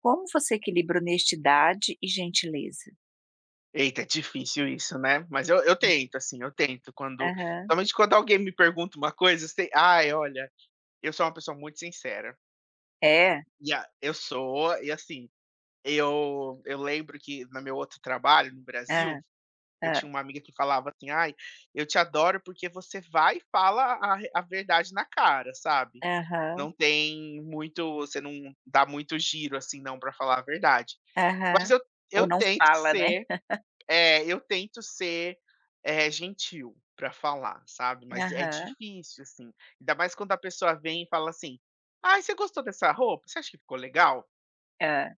Como você equilibra honestidade e gentileza? Eita, é difícil isso, né. Mas eu Hum. tento, assim, eu tento quando Aham. somente quando alguém me pergunta uma coisa, eu sei, ai, olha, eu sou uma pessoa muito sincera. É. E a Eu sou, e assim, eu lembro que no meu outro trabalho no Ah, Brasil, eu ah, tinha uma amiga que falava assim: "Ai, eu te adoro porque você vai e fala a re a verdade na cara, sabe. aham, Não tem muito Você não dá muito giro, assim, não, pra falar a verdade". Mas aham. eu Ou não tento fala, né. ser é, eu tento ser, eh, gentil pra falar, sabe, mas é Aham, difícil, assim, ainda mais quando a pessoa vem e fala assim: "Ai, você gostou dessa roupa? Você acha que ficou legal?" ah.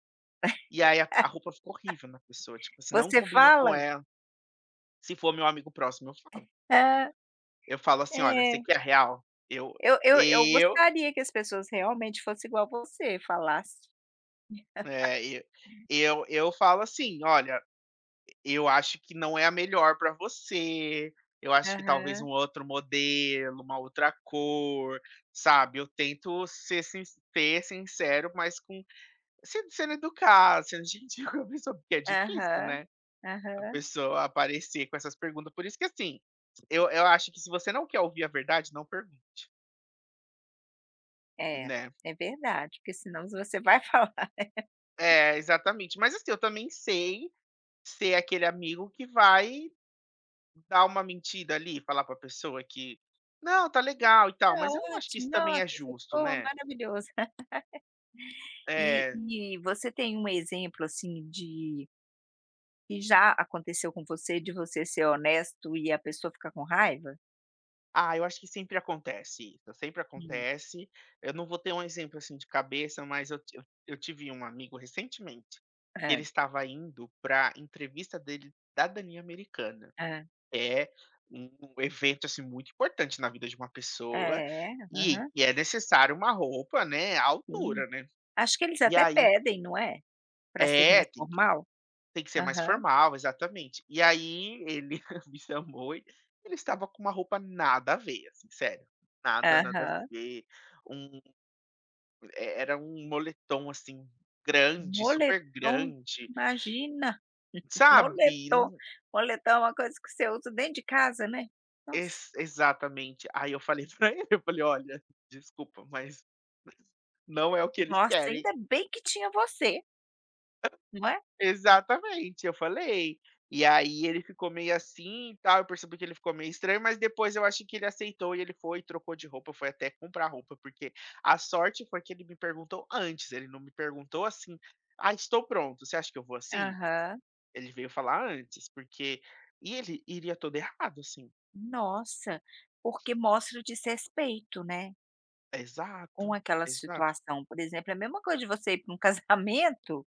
E aí a roupa ficou horrível na pessoa, tipo se não Você combina com fala? ela. Se for meu amigo próximo, eu falo. Hã, Eu falo assim: "Olha, você é. quer real?" Eu eu gostaria que as pessoas realmente fossem igual você, falasse. é, eu eu falo assim: "Olha, eu acho que não é a melhor para você, eu acho que talvez Aham, um outro modelo, uma outra cor, sabe. Eu tento ser sincero, mas com sendo sendo educada, sendo gentil com a pessoa, porque é difícil, aham, né, a aham. pessoa aparecer com essas perguntas". Por isso que, assim, eu acho que se você não quer ouvir a verdade, não pergunte, É, né. é verdade, porque senão você vai falar: É, exatamente. Mas, assim, eu também sei ser aquele amigo que vai dar uma mentira ali, falar pra pessoa que: "Não, tá legal e tal", "Ah, mas eu não acho que ótimo, isso também nossa, é você justo, ficou né. maravilhoso". E É. e você tem um exemplo, assim, de E já aconteceu com você de você ser honesto e a pessoa ficar com raiva? Ah, eu acho que sempre acontece isso, sempre Hum. acontece. Eu não vou ter um exemplo, assim, de cabeça, mas eu ti eu tive um amigo recentemente, que ele Hã, estava indo pra entrevista dele cidadania americana. hã. É um evento, assim, muito importante na vida de uma pessoa, É, e aham, é necessário uma roupa, né, à sim. altura, né. Acho que eles E até aí pedem, não é? Para ser é, mais tem formal. Tem que ser mais Aham, formal, exatamente. E aí ele me chamou e ele estava com uma roupa nada a ver, assim, sério. Nada, nada a aham. ver. Um e era um moletom, assim, grande, super Moletom, grande, imagina, sabe. moletom. Não, Moletom é uma coisa que você usa dentro de casa, né. Nossa, ex exatamente. Aí eu falei pra ele, eu falei: "Olha, desculpa, mas não é o que eles nossa, querem". ainda bem que tinha você, não é? Exatamente, eu falei. E aí ele ficou meio assim e tal, eu percebi que ele ficou meio estranho, mas depois eu acho que ele aceitou e ele foi, trocou de roupa, foi até comprar roupa, porque a sorte foi que ele me perguntou antes, ele não me perguntou assim: "Ah, estou pronto, você acha que eu vou assim?". Aham. Ele veio falar antes, porque e ele iria todo errado, assim. Nossa, porque mostra o desrespeito, né? Com Exato, aquela exato. situação, por exemplo, é a mesma coisa de você ir para um casamento,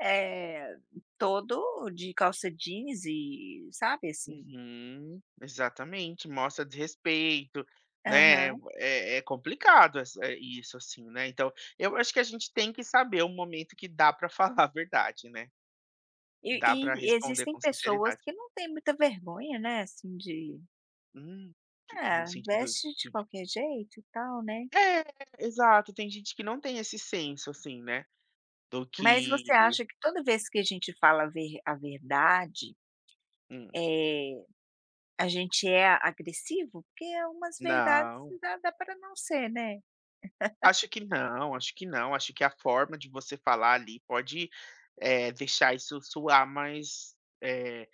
eh, todo de calça jeans e sabe, assim. Uhum, exatamente, mostra desrespeito, né, Aham. é complicado essa é isso assim, né, então, eu acho que a gente tem que saber o momento que dá para falar a verdade, né, que dá para E e responder existem com pessoas sinceridade. que não têm muita vergonha, né, assim, de Hum, que no "Ah, sentido veste de de qualquer jeito e tal", né. é, exato, tem gente que não tem esse senso, assim, né, do Mas você que. acha que toda vez que a gente fala a verdade, Hum, eh, a gente é agressivo? Porque algumas verdades não, dá para não ser, né. acho que não, acho que não, acho que a forma de você falar ali pode, deixar isso soar mais, eh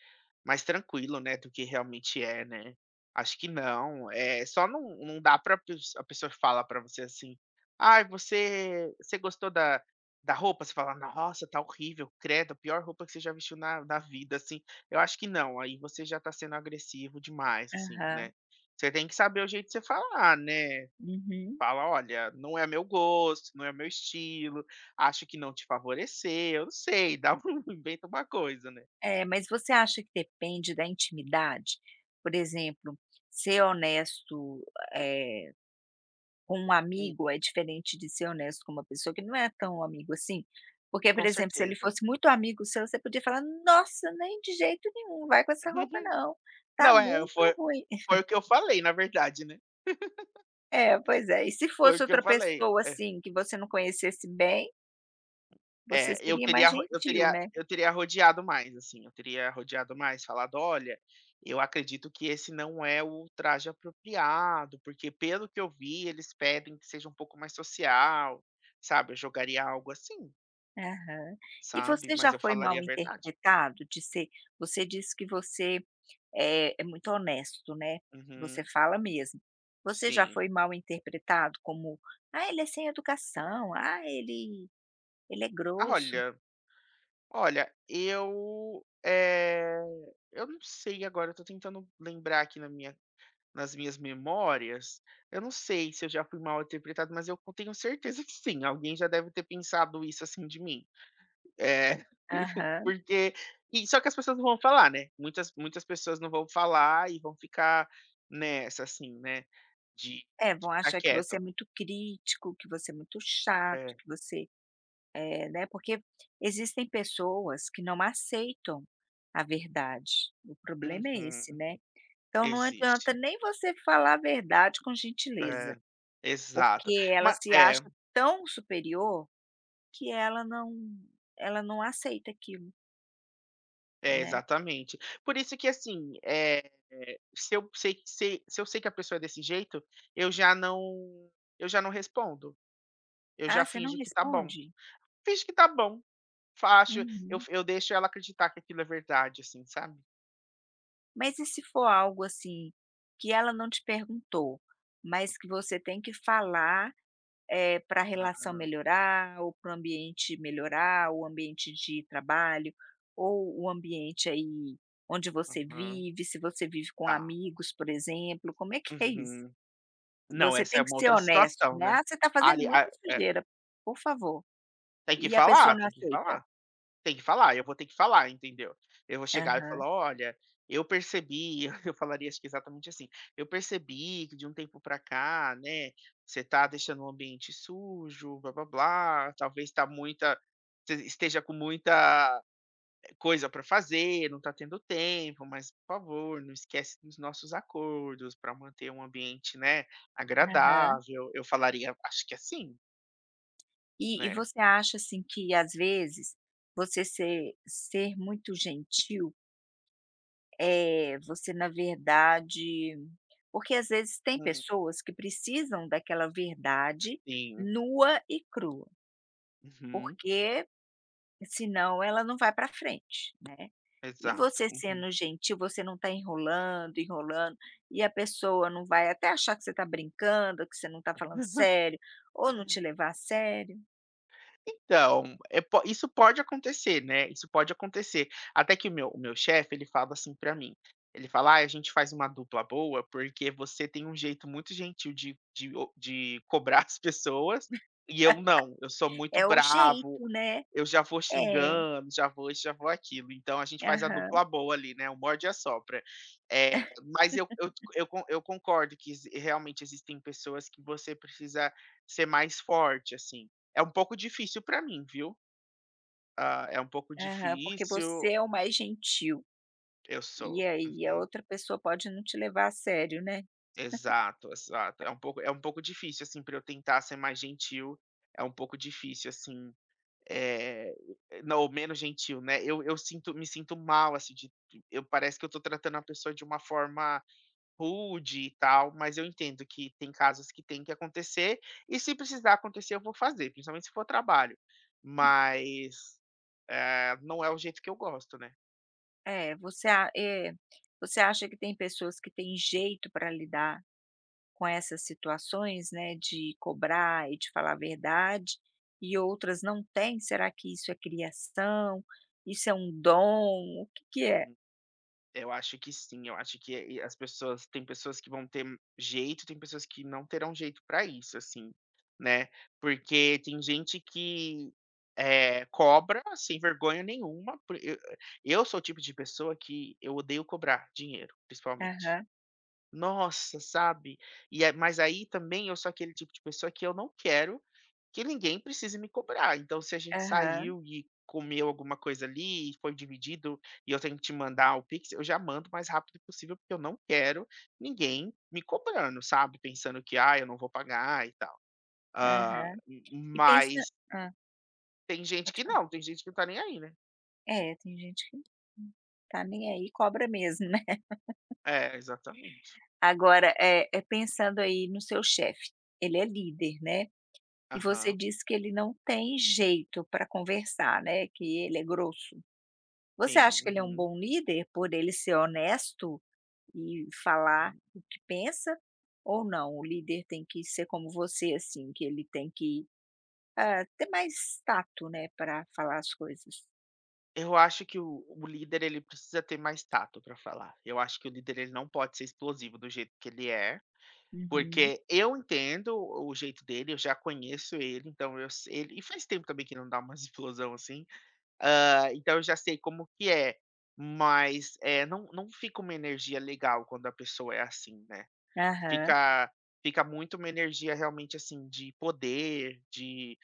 mais tranquilo, né, do que realmente é, né. Acho que não, é só, não dá para a pessoa falar para você assim: "Ai, você gostou da roupa?" Você fala: "Nossa, tá horrível, credo, a pior roupa que você já vestiu na vida", assim. Eu acho que não, aí você já tá sendo agressivo demais, assim, né. Aham. Você tem que saber o jeito de você falar, né. Uhum. Fala: "Olha, não é meu gosto, não é meu estilo, acho que não te favoreceu", eu não sei, dá um inventa uma coisa, né. É, mas você acha que depende da intimidade? Por exemplo, ser honesto, eh, com um Hum, amigo é diferente de ser honesto com uma pessoa que não é tão amigo assim? Porque, por com exemplo, se ele certeza. fosse muito amigo seu, você podia falar: "Nossa, nem de jeito nenhum, vai com essa roupa não, tá Não, é, muito foi ruim". foi o que eu falei, na verdade, né. É, pois é. E se Foi o fosse que eu outra falei. pessoa, É, assim, que você não conhecesse bem, você é, eu seria teria mais ro eu gentil, teria né? eu teria rodeado mais, assim, eu teria rodeado mais, falado: "Olha, eu acredito que esse não é o traje apropriado, porque pelo que eu vi, eles pedem que seja um pouco mais social", sabe. Eu jogaria algo assim, Aham. E sabe, você mas já eu foi mal falaria a verdade. interpretado de ser você disse que você é muito honesto, né, você Uhum, fala mesmo. Você já sim. foi mal interpretado como: "Ah, ele é sem educação. Ah, ele é Ah, grosso". olha, olha, eu não sei agora, eu tô tentando lembrar aqui na minha Nas minhas memórias, eu não sei se eu já fui mal interpretado, mas eu tenho certeza que sim, alguém já deve ter pensado isso, assim, de mim. É, Aham. porque e só que as pessoas não vão falar, né, muitas muitas pessoas não vão falar e vão ficar nessa, assim, né, de É, de vão ficar achar que você é quieto. muito crítico, que você é muito chato, É. que você é, né, porque existem pessoas que não aceitam a verdade. O problema é esse, Uhum. né? Então não adianta Existe. nem você falar a verdade com gentileza, É. Exato. porque ela Mas se é, acha tão superior que ela não aceita aquilo, é, né. exatamente. Por isso que, assim, Se eu sei que sei se eu sei que a pessoa é desse jeito, eu já não eu já não respondo, eu já "Ah, você não finjo que tá bom. responde? Finjo que tá bom, faço Uhum". eu deixo ela acreditar que aquilo é verdade, assim, sabe. Mas e se for algo, assim, que ela não te perguntou, mas que você tem que falar para a relação melhorar ou para o ambiente melhorar, o ambiente de trabalho ou o ambiente aí onde você Aham, vive, se você vive com tá. amigos, por exemplo, como é que é isso? Uhum. Não, Você essa é tem que uma ser outra honesto, situação, né: né. "Ah, você está fazendo Ali a muita é, sujeira, por favor", tem que e a pessoa falar, não tem que aceita. falar. Tem que falar, eu vou ter que falar, entendeu? Eu vou chegar e Aham, falar: "Olha, eu percebi", eu falaria acho que exatamente assim: "Eu percebi que de um tempo para cá, né, você tá deixando o ambiente sujo, blá-blá-blá, talvez tá muita você esteja com muita coisa para fazer, não tá tendo tempo, mas por favor, não esquece dos nossos acordos para manter um ambiente, né, aham. agradável". Eu falaria acho que é assim, E né. você acha, assim, que às vezes você ser muito gentil É, você na verdade porque às vezes tem Hum, pessoas que precisam daquela verdade sim. nua e crua, Uhum. porque senão ela não vai para frente. E Exato. você Uhum. sendo gentil, você não está enrolando, enrolando, e a pessoa não vai até achar que você está brincando, que você não está falando sério, ou não te levar a sério. Então, é po isso pode acontecer, né, isso pode acontecer. Até que o meu chefe, ele fala assim pra mim, ele fala: "Ai, a gente faz uma dupla boa, porque você tem um jeito muito gentil de o de cobrar as pessoas, e eu não, eu sou muito É o bravo, jeito, né. eu já vou É. xingando, já vou isso, já vou aquilo. Então a gente faz a Aham, dupla boa ali, né, o morde e assopra". Eh, mas eu concordo que exi realmente existem pessoas que você precisa ser mais forte, assim. É um pouco difícil pra mim, viu. Ah, é um pouco aham, porque difícil, você é o mais gentil. eu E sou. aí a Uhum. outra pessoa pode não te levar a sério, né. Exato, exato. É um pouco, é um pouco difícil, assim, para eu tentar ser mais gentil, é um pouco difícil, assim. Eh, não, ou menos gentil, né. Eu sinto Me sinto mal, assim, eu parece que eu tô tratando a pessoa de uma forma rude e tal, mas eu entendo que tem casos que tem que acontecer, e se precisar acontecer eu vou fazer, principalmente se for trabalho. Mas, não é o jeito que eu gosto, né. É, você acha que tem pessoas que têm jeito para lidar com essas situações, né, de cobrar e de falar a verdade, e outras não têm? Será que isso é criação? Isso é um dom? O que que é? Eu acho que sim, eu acho que, eh, as pessoas tem pessoas que vão ter jeito, tem pessoas que não terão jeito pra isso, assim, né. Porque tem gente que, cobra sem vergonha nenhuma, por eu sou o tipo de pessoa que eu odeio cobrar dinheiro, principalmente. Aham, Nossa, sabe. E a, mas aí também eu sou aquele tipo de pessoa que eu não quero que ninguém precise me cobrar, então se a gente aham, saiu e comeu alguma coisa ali e foi dividido, e eu tenho que te mandar o Pix, eu já mando o mais rápido possível, porque eu não quero ninguém me cobrando, sabe, pensando que: "Ah, eu não vou pagar e tal". ahã. Hã, E pensa, mas ah, tem gente pode que falar. não, tem gente que não tá nem aí, né. É, tem gente que não tá nem aí cobra mesmo, né. É, exatamente. Agora, pensando aí no seu chefe, ele é líder, né. E você Aham, disse que ele não tem jeito para conversar, né, que ele é grosso. Você sim, acha que ele é um uhum. bom líder por ele ser honesto e falar Uhum. o que pensa? Ou não, o líder tem que ser como você, assim, que ele tem que ter mais tato, né, para falar as coisas? Eu acho que o líder ele precisa ter mais tato para falar, eu acho que o líder ele não pode ser explosivo do jeito que ele é. Uhum. Porque eu entendo o jeito dele, eu já conheço ele, então eu se ele e faz tempo também que não dá umas explosão assim, hã, então eu já sei como que é, mas, não, não fica uma energia legal quando a pessoa é assim, né. Aham. Fica, fica muito uma energia realmente, assim, de poder, de,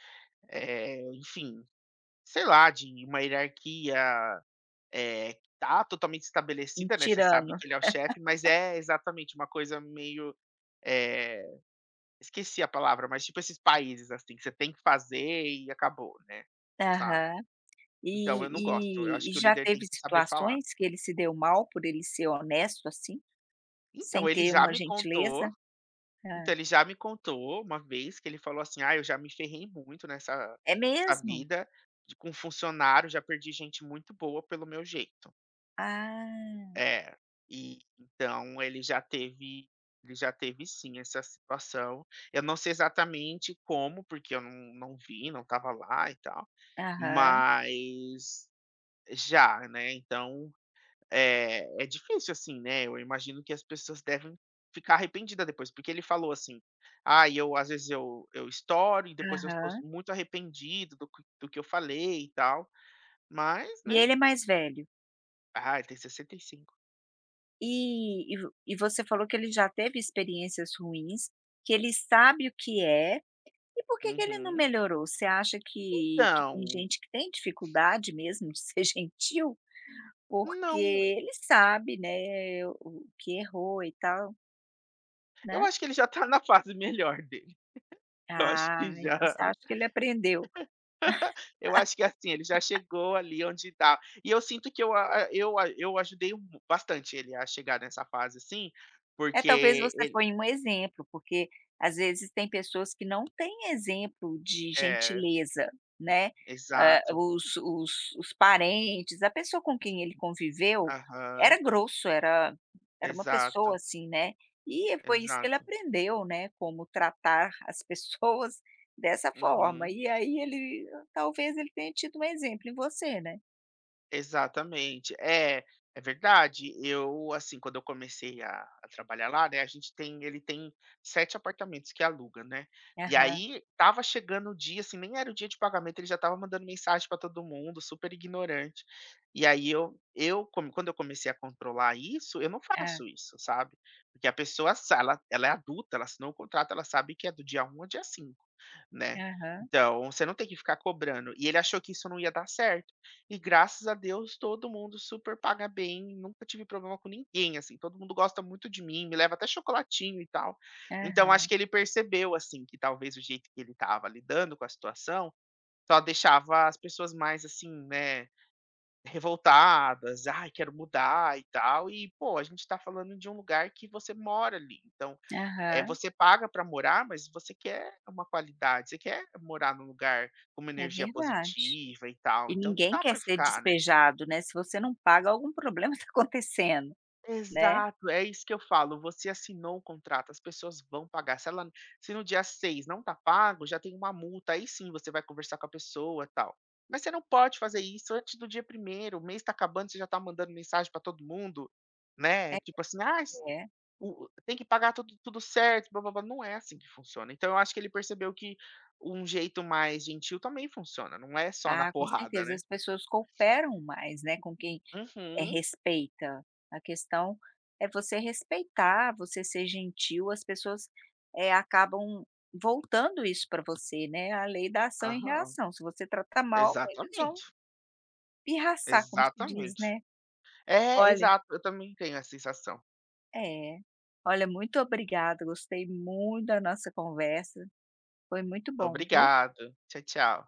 enfim, sei lá, de uma hierarquia, que tá totalmente Um estabelecida, né, você sabe tirano. que ele é o chefe, mas é exatamente uma coisa meio, eh esqueci a palavra, mas tipo esses países, assim, que você tem que fazer e acabou, né, sabe. Aham. Então eu não gosto, eu E, acho e, e que o já líder tem teve que saber falar. situações que ele se deu mal por ele ser honesto assim, sem Então, ele ter já uma me contou, gentileza? Ah. Uma vez que ele falou assim: "Ah, eu já me ferrei muito nessa É nessa mesmo? vida de com funcionário, já perdi gente muito boa pelo meu jeito". Ah, É, e então ele já teve sim essa situação. Eu não sei exatamente como, porque eu não vi, não estava lá e tal. aham, Mas já, né, então, é difícil, assim, né, eu imagino que as pessoas devem ficar arrependidas depois, porque ele falou assim: "Ah, eu às vezes eu estouro e depois eu estou aham. muito arrependido do que eu falei e tal", mas, E né, ele é mais velho. ai, tem 65. E você falou que ele já teve experiências ruins, que ele sabe o que é, e por que ele não Uhum. melhorou? Você acha que tem Então, gente que tem dificuldade mesmo de ser gentil? Porque não, ele sabe, né, o que errou e tal, eu né? acho que ele já tá na fase melhor dele. eu acho que Ah, já então você acha que ele aprendeu. Eu acho que, assim, ele já chegou ali onde tá. E eu sinto que eu a eu ajudei mu bastante ele a chegar nessa fase, assim, É, talvez porque você ele foi um exemplo, porque às vezes tem pessoas que não têm exemplo de é, gentileza, né. Ah, exato. os parentes, a pessoa com quem ele conviveu Aham. era grosso, era uma Exato, pessoa assim, né. E foi isso que ele exato. aprendeu, né, como tratar as pessoas dessa forma. Uhum. E aí ele talvez ele tenha tido um exemplo em você, né. Exatamente. É, é verdade. Eu, assim, quando eu comecei a trabalhar lá, né, a gente tem, ele tem sete apartamentos que aluga, né? E Aham, aí tava chegando o dia, assim, nem era o dia de pagamento, ele já tava mandando mensagem para todo mundo, super ignorante. E aí eu, quando eu comecei a controlar isso, eu não ah, faço isso, sabe? Porque a pessoa, ela é adulta, ela assinou o contrato, ela sabe que é do dia 1 ao dia 5, né? aham, Então, você não tem que ficar cobrando. E ele achou que isso não ia dar certo. E graças a Deus todo mundo super paga bem, nunca tive problema com ninguém, assim, todo mundo gosta muito de mim, me leva até chocolatinho e tal. Então acho aham, que ele percebeu, assim, que talvez o jeito que ele estava lidando com a situação só deixava as pessoas mais assim, né, revoltadas, ai quero mudar e tal, e pô, a gente está falando de um lugar que você mora ali, então, é, aham, você paga para morar, mas você quer uma qualidade, você quer morar num lugar com uma é energia verdade. positiva e tal, E então não ninguém dá quer para ser ficar, né. despejado, né, se você não paga algum problema está acontecendo, né. Exato, é isso que eu falo, você assinou o contrato, as pessoas vão pagar, se no dia 6 não tá pago, já tem uma multa, aí sim você vai conversar com a pessoa, tal. Mas você não pode fazer isso antes do dia 1º. O mês tá acabando, você já tá mandando mensagem para todo mundo, né, tipo assim: "Ah, s É. o tem que pagar tudo, tudo certo, blá-blá-blá", não é assim que funciona. Então eu acho que ele percebeu que um jeito mais gentil também funciona, não é só na Ah, com porrada, certeza né. as pessoas cooperam mais, né, com quem, Uhum, respeita. A questão é você respeitar, você ser gentil, as pessoas, acabam voltando isso para você, né, a lei da ação e aham, reação, se você tratar mal eles vão exatamente, pirraçar, como se diz, exatamente. né. É, Olha exato, eu também tenho essa sensação. é. Olha, muito obrigada, gostei muito da nossa conversa, foi muito bom, viu. Obrigado, tchau, tchau.